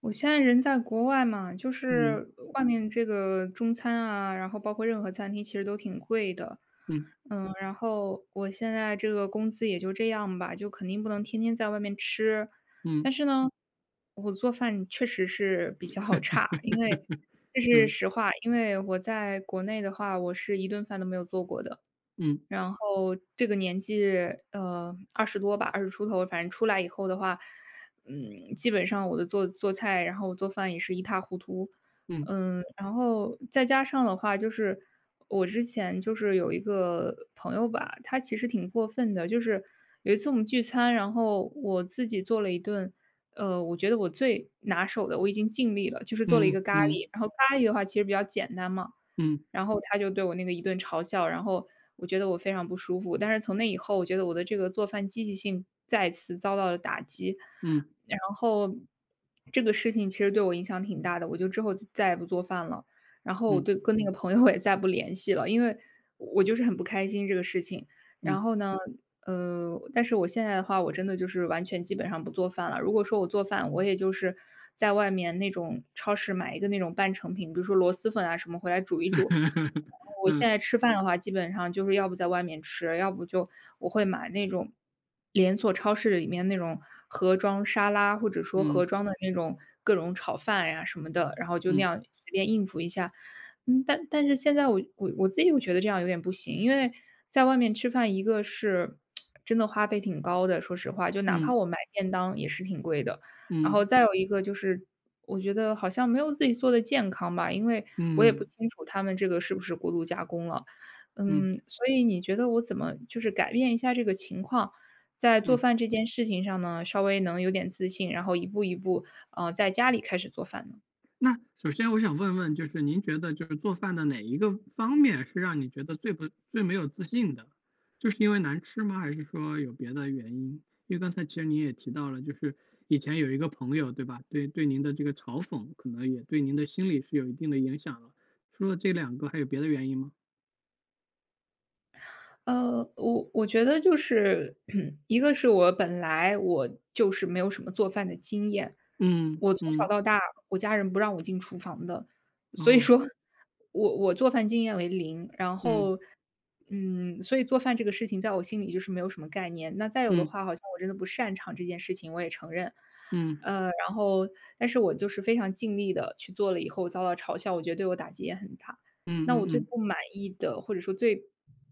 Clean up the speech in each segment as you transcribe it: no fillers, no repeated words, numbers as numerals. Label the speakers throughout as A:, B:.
A: 我现在人在国外嘛，就
B: 嗯
A: 是外面这个中餐啊，然后包括任何餐厅，其实都挺贵的。
B: 嗯
A: 然后我现在这个工资也就这样吧，就肯定不能天天在外面吃。
B: 嗯，
A: 但是呢，我做饭确实是比较 差，因 为这是
B: 嗯
A: 实话。因为我在国内的话，我是一顿饭都没有做过的。
B: 嗯
A: 然后这个年纪，20出头，反正出来以后的话，基本上我的做菜，然后我做饭也是一塌糊涂。
B: 嗯
A: 然后再加上的话，就是我之前就是有一个朋友吧，他其实挺过分的，就是有一次我们聚餐，然后我自己做了一顿，我觉得我最拿手的，我已经尽力了，就是做了一个
B: 嗯
A: 咖
B: 嗯
A: 喱。然后咖喱的话其实比较简单嘛，然后他就对我那个一顿嘲笑，然后我觉得我非常不舒服。但是从那以后，我觉得我的这个做饭积极性再次遭到了打击，
B: 嗯嗯
A: 然后这个事情其实对我影响挺大的，我就之后再也不做饭了，然后我对跟那个朋友也再不联系了，因为我就是很不开心这个事情。
B: 嗯
A: 然
B: 嗯，
A: 后呢，但是我现在的话，我真的就是完全基本上不做饭了。如果说我做饭，我也就是在外面那种超市买一个那种半成品，比如说螺蛳粉啊什么，回来煮一煮。我现
B: 嗯
A: 在吃饭的话，基本上就是要不在外面吃，要不就我会买那种连锁超市里面那种盒装沙拉，或者说盒
B: 嗯
A: 装的那种各种炒饭呀、什么的，然后就
B: 嗯
A: 那样
B: 嗯
A: 随便应付一下。但是现在我自己又觉得这样有点不行，因为在外面吃饭，一个是真的花费挺高的，说实话，就哪怕我买便当也是挺贵的。
B: 嗯
A: 然后
B: 嗯
A: 再有一个就是，我觉得好像没有自己做的健康吧，因为我也不清楚他们这个是不是过度加工了。
B: 嗯嗯
A: 所以你觉得我怎么就是改变一下这个情况，在做
B: 嗯。
A: 饭这件事情上呢，稍微能有点自信，然后一步一步，在家里开始做饭呢？
B: 那首先我想问问，就是您觉得就是做饭的哪一个方面是让你觉得最没有自信的？就是因为难吃吗？还是说有别的原因？因为刚才其实您也提到了，就是以前有一个朋友，对吧？对您的这个嘲讽，可能也对您的心理是有一定的影响了。除了这两个，还有别的原因吗？
A: 我觉得就是 一个是我本来我就是没有什么做饭的经验，
B: 嗯
A: 我从小
B: 嗯，
A: 到大，我家人不让我进厨房的，所以
B: 哦，
A: 说我做饭经验为零，然
B: 嗯
A: 后，所以做饭这个事情在我心里就是没有什么概念。那再有的
B: 嗯
A: 话，好像我真的不擅长这件事情，我也承认。
B: 嗯
A: 呃，然后，但是我就是非常尽力的去做了以后，遭到嘲笑，我觉得对我打击也很大。
B: 嗯
A: 那我
B: 嗯
A: 最
B: 嗯
A: 不满意的，或者说最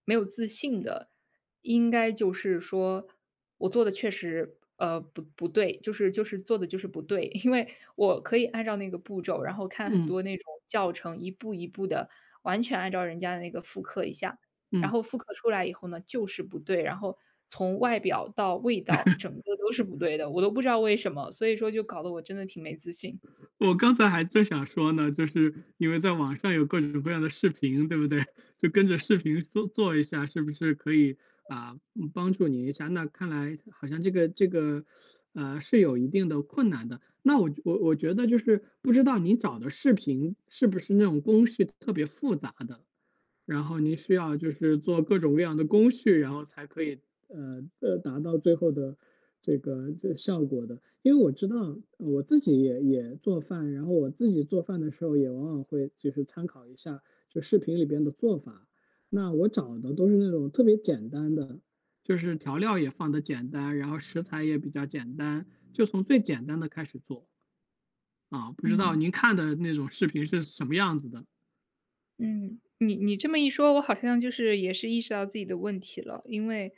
A: 没有自信的，应该就是说我做的确实，不对，就是做的就是不对。因为我可以按照那个步骤，然后
B: 嗯
A: 看很
B: 嗯
A: 多那
B: 嗯
A: 种教程，一步一步的完全按照人家的那个复刻一下，然
B: 嗯。
A: 后复刻出来以后呢，就是不对，然后从外表到味道，整个都是不对的，我都不知道为什么，所以说就搞得我真的挺没自信。
B: 我刚才还正想说呢，就是因为在网上有各种各样的视频，对不对？就跟着视频做做一下，是不是可以啊，帮助你一下？那看来好像这个是有一定的困难的。那我觉得就是不知道你找的视频是不是那种工序特别复杂的，然后您需要就是做各种各样的工序，然后才可以达到最后的这效果的。因为我知道我自己也做饭，然后我自己做饭的时候也往往会就是参考一下就视频里边的做法。那我找的都是那种特别简单的，就是调料也放的简单，然后食材也比较简单，就从最简单的开始做啊。不知道
A: 嗯。
B: 您看的那种视频是什么样子的？
A: 嗯，你这么一说，我好像就是也是意识到自己的问题了，因为，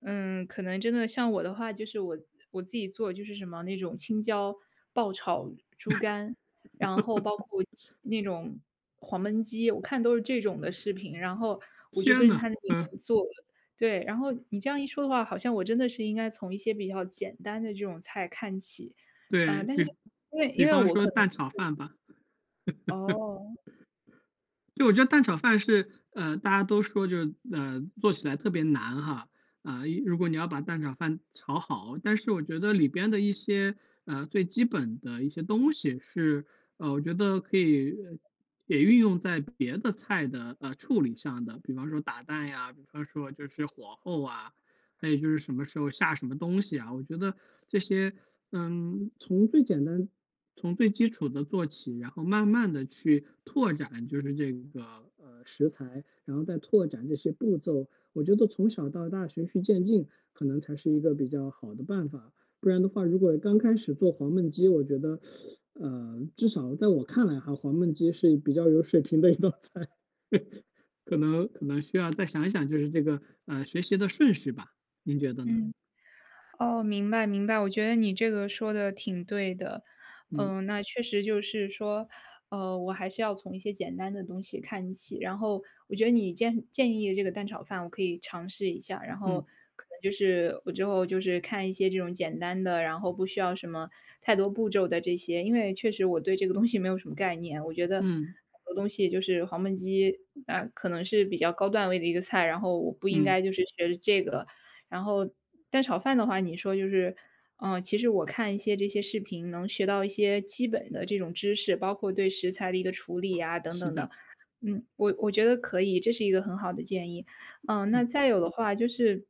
A: 可能真的像我的话，就是我自己做就是什么那种青椒爆炒猪肝，然后包括鸡那种黄焖鸡，我看都是这种的视频，然后我就
B: 天
A: 跟着他
B: 哪，
A: 那里
B: 嗯。
A: 面做。对，然后你这样一说的话，好像我真的是应该从一些比较简单的这种菜看起，
B: 对，
A: 呃，但是
B: 比
A: 因为
B: 比
A: 因为
B: 方
A: 我
B: 说
A: 可能
B: 蛋炒饭吧，
A: 哦，
B: 就我觉得蛋炒饭是，大家都说就是，做起来特别难哈，啊，如果你要把蛋炒饭炒好，但是我觉得里边的一些，最基本的一些东西是，我觉得可以，也运用在别的菜的，处理上的，比方说打蛋呀，比方说就是火候啊，还有就是什么时候下什么东西啊，我觉得这些，从最简单、从最基础的做起，然后慢慢的去拓展，就是这个食材，然后再拓展这些步骤，我觉得从小到大循序渐进，可能才是一个比较好的办法。不然的话，如果刚开始做黄焖鸡，我觉得，至少在我看来哈，黄焖鸡是比较有水平的一道菜，可能需要再想一想，就是这个学习的顺序吧。您觉得呢？
A: 嗯。哦，明白明白，我觉得你这个说的挺对的。
B: 嗯，
A: 那确实就是说，我还是要从一些简单的东西看起。然后，我觉得你建议的这个蛋炒饭，我可以尝试一下。然后，
B: 嗯，
A: 可能就是我之后就是看一些这种简单的，然后不需要什么太多步骤的这些，因为确实我对这个东西没有什么概念。我觉得
B: 嗯，
A: 很多东西就是黄焖鸡，可能是比较高段位的一个菜，然后我不应
B: 嗯，
A: 该就是学这个。然后蛋炒饭的话，你说就是，其实我看一些这些视频，能学到一些基本的这种知识，包括对食材的一个处理啊等
B: 是
A: 等
B: 的，
A: 的。我觉得可以，这是一个很好的建议。那
B: 嗯，
A: 再有的话就是，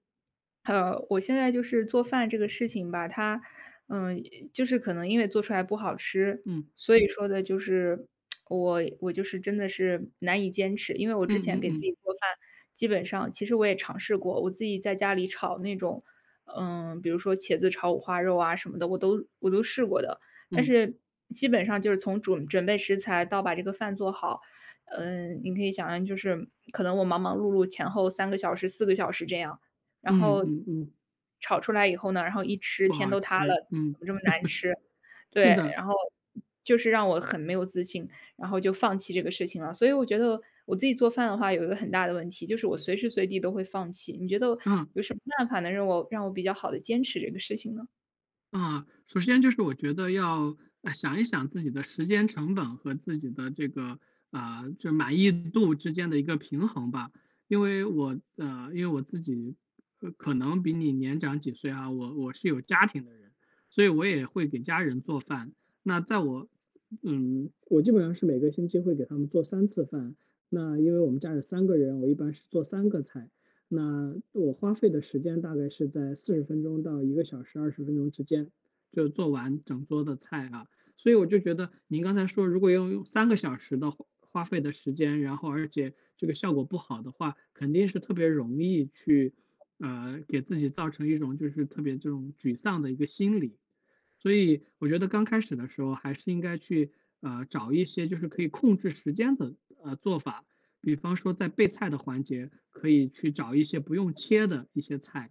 A: 我现在就是做饭这个事情吧，它，嗯，就是可能因为做出来不好吃，
B: 嗯，
A: 所以说的就是我就是真的是难以坚持。因为我之
B: 嗯
A: 前
B: 嗯
A: 给自
B: 嗯，
A: 己做饭，基本上其实我也尝试过，我自己在家里炒那种，比如说茄子炒五花肉啊什么的，我都试过的，但
B: 嗯，
A: 是基本上就是从准备食材到把这个饭做好。你可以想象就是可能我忙忙碌碌前后3个小时、4个小时这样，然
B: 嗯
A: 后
B: 嗯嗯，
A: 炒出来以后呢，然后一吃
B: 不
A: 天
B: 好
A: 都塌
B: 吃，
A: 了，
B: 嗯，
A: 怎么这么难吃？
B: 是
A: 对，
B: 的，
A: 然后就是让我很没有自信，然后就放弃这个事情了。所以我觉得我自己做饭的话，有一个很大的问题，就是我随时随地都会放弃。你觉得
B: 嗯。
A: 有什么办法能让我比较好的坚持这个事情呢？
B: 啊，首先就是我觉得要想一想自己的时间成本和自己的这个啊、就满意度之间的一个平衡吧。因为我自己可能比你年长几岁啊，我是有家庭的人，所以我也会给家人做饭。那在我嗯，我基本上是每个星期会给他们做3次饭。那因为我们家有3个人，我一般是做3个菜。那我花费的时间大概是在40分钟到1个小时20分钟之间，就做完整桌的菜啊。所以我就觉得您刚才说，如果要用3个小时的花费的时间，然后而且这个效果不好的话，肯定是特别容易去，给自己造成一种就是特别这种沮丧的一个心理。所以我觉得刚开始的时候还是应该去，找一些就是可以控制时间的，做法。比方说在备菜的环节，可以去找一些不用切的一些菜，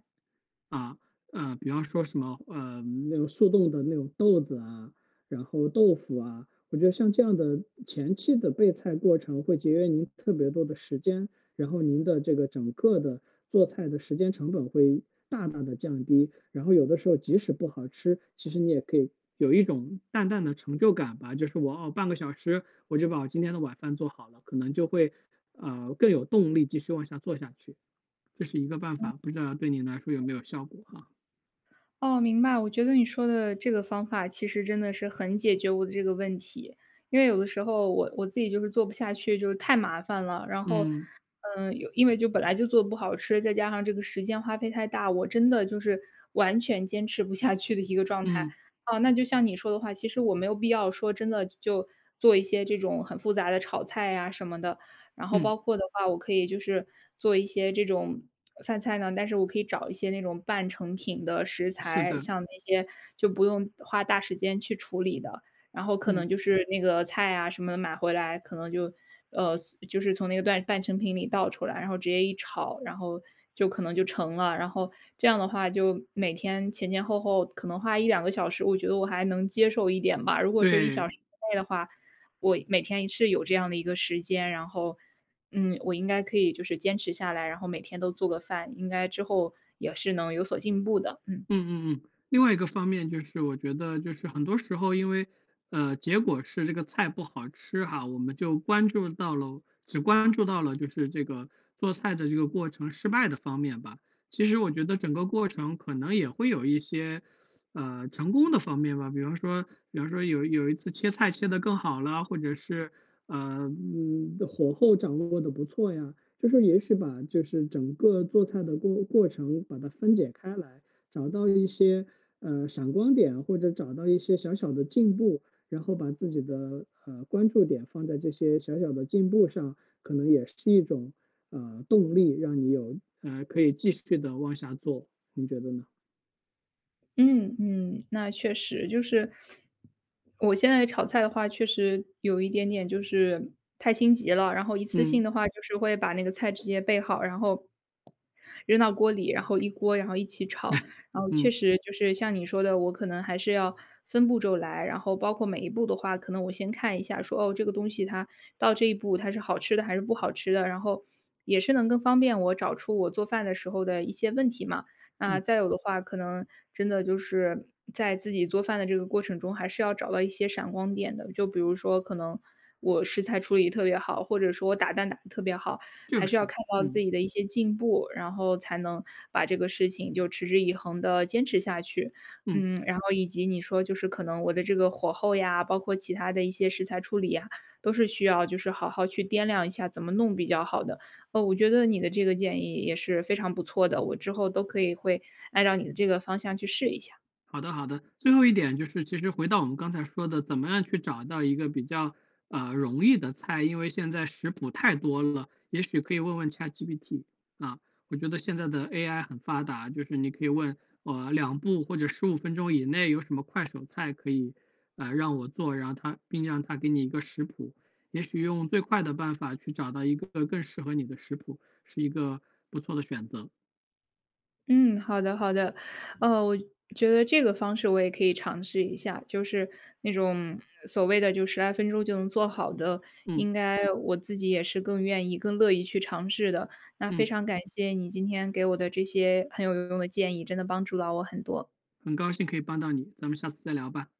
B: 啊，比方说什么，那种速冻的那种豆子啊，然后豆腐啊，我觉得像这样的前期的备菜过程会节约您特别多的时间，然后您的这个整个的做菜的时间成本会大大的降低，然后有的时候即使不好吃，其实你也可以有一种淡淡的成就感吧，就是我半个小时我就把我今天的晚饭做好了，可能就会更有动力继续往下做下去，这是一个办法，不知道对您来说有没有效果哈？
A: 哦，明白。我觉得你说的这个方法其实真的是很解决我的这个问题，因为有的时候我自己就是做不下去，就是太麻烦了。然后，
B: 嗯
A: 有因为就本来就做不好吃，再加上这个时间花费太大，我真的就是完全坚持不下去的一个状态。
B: 嗯
A: 那就像你说的话，其实我没有必要说真的就做一些这种很复杂的炒菜呀什么的，然后
B: 嗯，
A: 包括的话，我可以就是做一些这种饭菜呢，但是我可以找一些那种半成品的食
B: 是
A: 材，
B: 的，
A: 像那些就不用花大时间去处理的。然后可
B: 嗯，
A: 能就是那个菜啊什么的买回来，可能就呃，就是从那个半成品里倒出来，然后直接一炒，然后就可能就成了。然后这样的话，就每天前前后后可能花一两个小时，我觉得我还能接受一点吧。如果说一
B: 对。
A: 小时之内的话，我每天是有这样的一个时间，然后，我应该可以就是坚持下来，然后每天都做个饭，应该之后也是能有所进步的。嗯。
B: 嗯嗯嗯，另外一个方面就是我觉得就是很多时候因为，结果是这个菜不好吃哈，我们就关注到了只关注到了就是这个做菜的这个过程失败的方面吧。其实我觉得整个过程可能也会有一些，成功的方面吧，比方说有一次切菜切的更好了，或者是，火候掌握的不错呀，就是也许把就是整个做菜的过程把它分解开来。找到一些闪光点，或者找到一些小小的进步，然后把自己的关注点放在这些小小的进步上，可能也是一种动力，让你有可以继续的往下做，你觉得呢？
A: 嗯，那确实就是，我现在炒菜的话，确实有一点点就是太心急了。然后一次
B: 嗯
A: 性的话，就是会把那个菜直接备好，然后扔到锅里，然后一锅，然后一起炒。然后确
B: 嗯
A: 实就是像你说的，我可能还是要分步骤来，然后包括每一步的话，可能我先看一下说，哦，这个东西它到这一步它是好吃的还是不好吃的，然后也是能更方便我找出我做饭的时候的一些问题嘛。
B: 嗯，
A: 那再有的话，可能真的就是在自己做饭的这个过程中，还是要找到一些闪光点的。就比如说，可能我食材处理特别好，或者说我打蛋打得特别好，
B: 就
A: 还是要
B: 是，
A: 看到自
B: 嗯
A: 己的一些进步，然后才能把这个事情就持之以恒的坚持下去。
B: 嗯。
A: 然后以及你说就是可能我的这个火候呀，包括其他的一些食材处理呀，都是需要就是好好去掂量一下怎么弄比较好的。哦，我觉得你的这个建议也是非常不错的，我之后都可以会按照你的这个方向去试一下。
B: 好的，好的。最后一点就是，其实回到我们刚才说的，怎么样去找到一个比较容易的菜？因为现在食谱太多了，也许可以问问 ChatGPT 啊。我觉得现在的 AI 很发达，就是你可以问2步或者15分钟以内有什么快手菜可以让我做，然后他并让他给你一个食谱。也许用最快的办法去找到一个更适合你的食谱，是一个不错的选择。
A: 嗯，好的好的，我觉得这个方式我也可以尝试一下，就是那种所谓的就10来分钟就能做好的，
B: 嗯
A: 应该我自己也是更愿意、更乐意去尝试的。那非
B: 嗯，
A: 常感谢你今天给我的这些很有用的建议，真的帮助到我很多。
B: 很高兴可以帮到你，咱们下次再聊吧。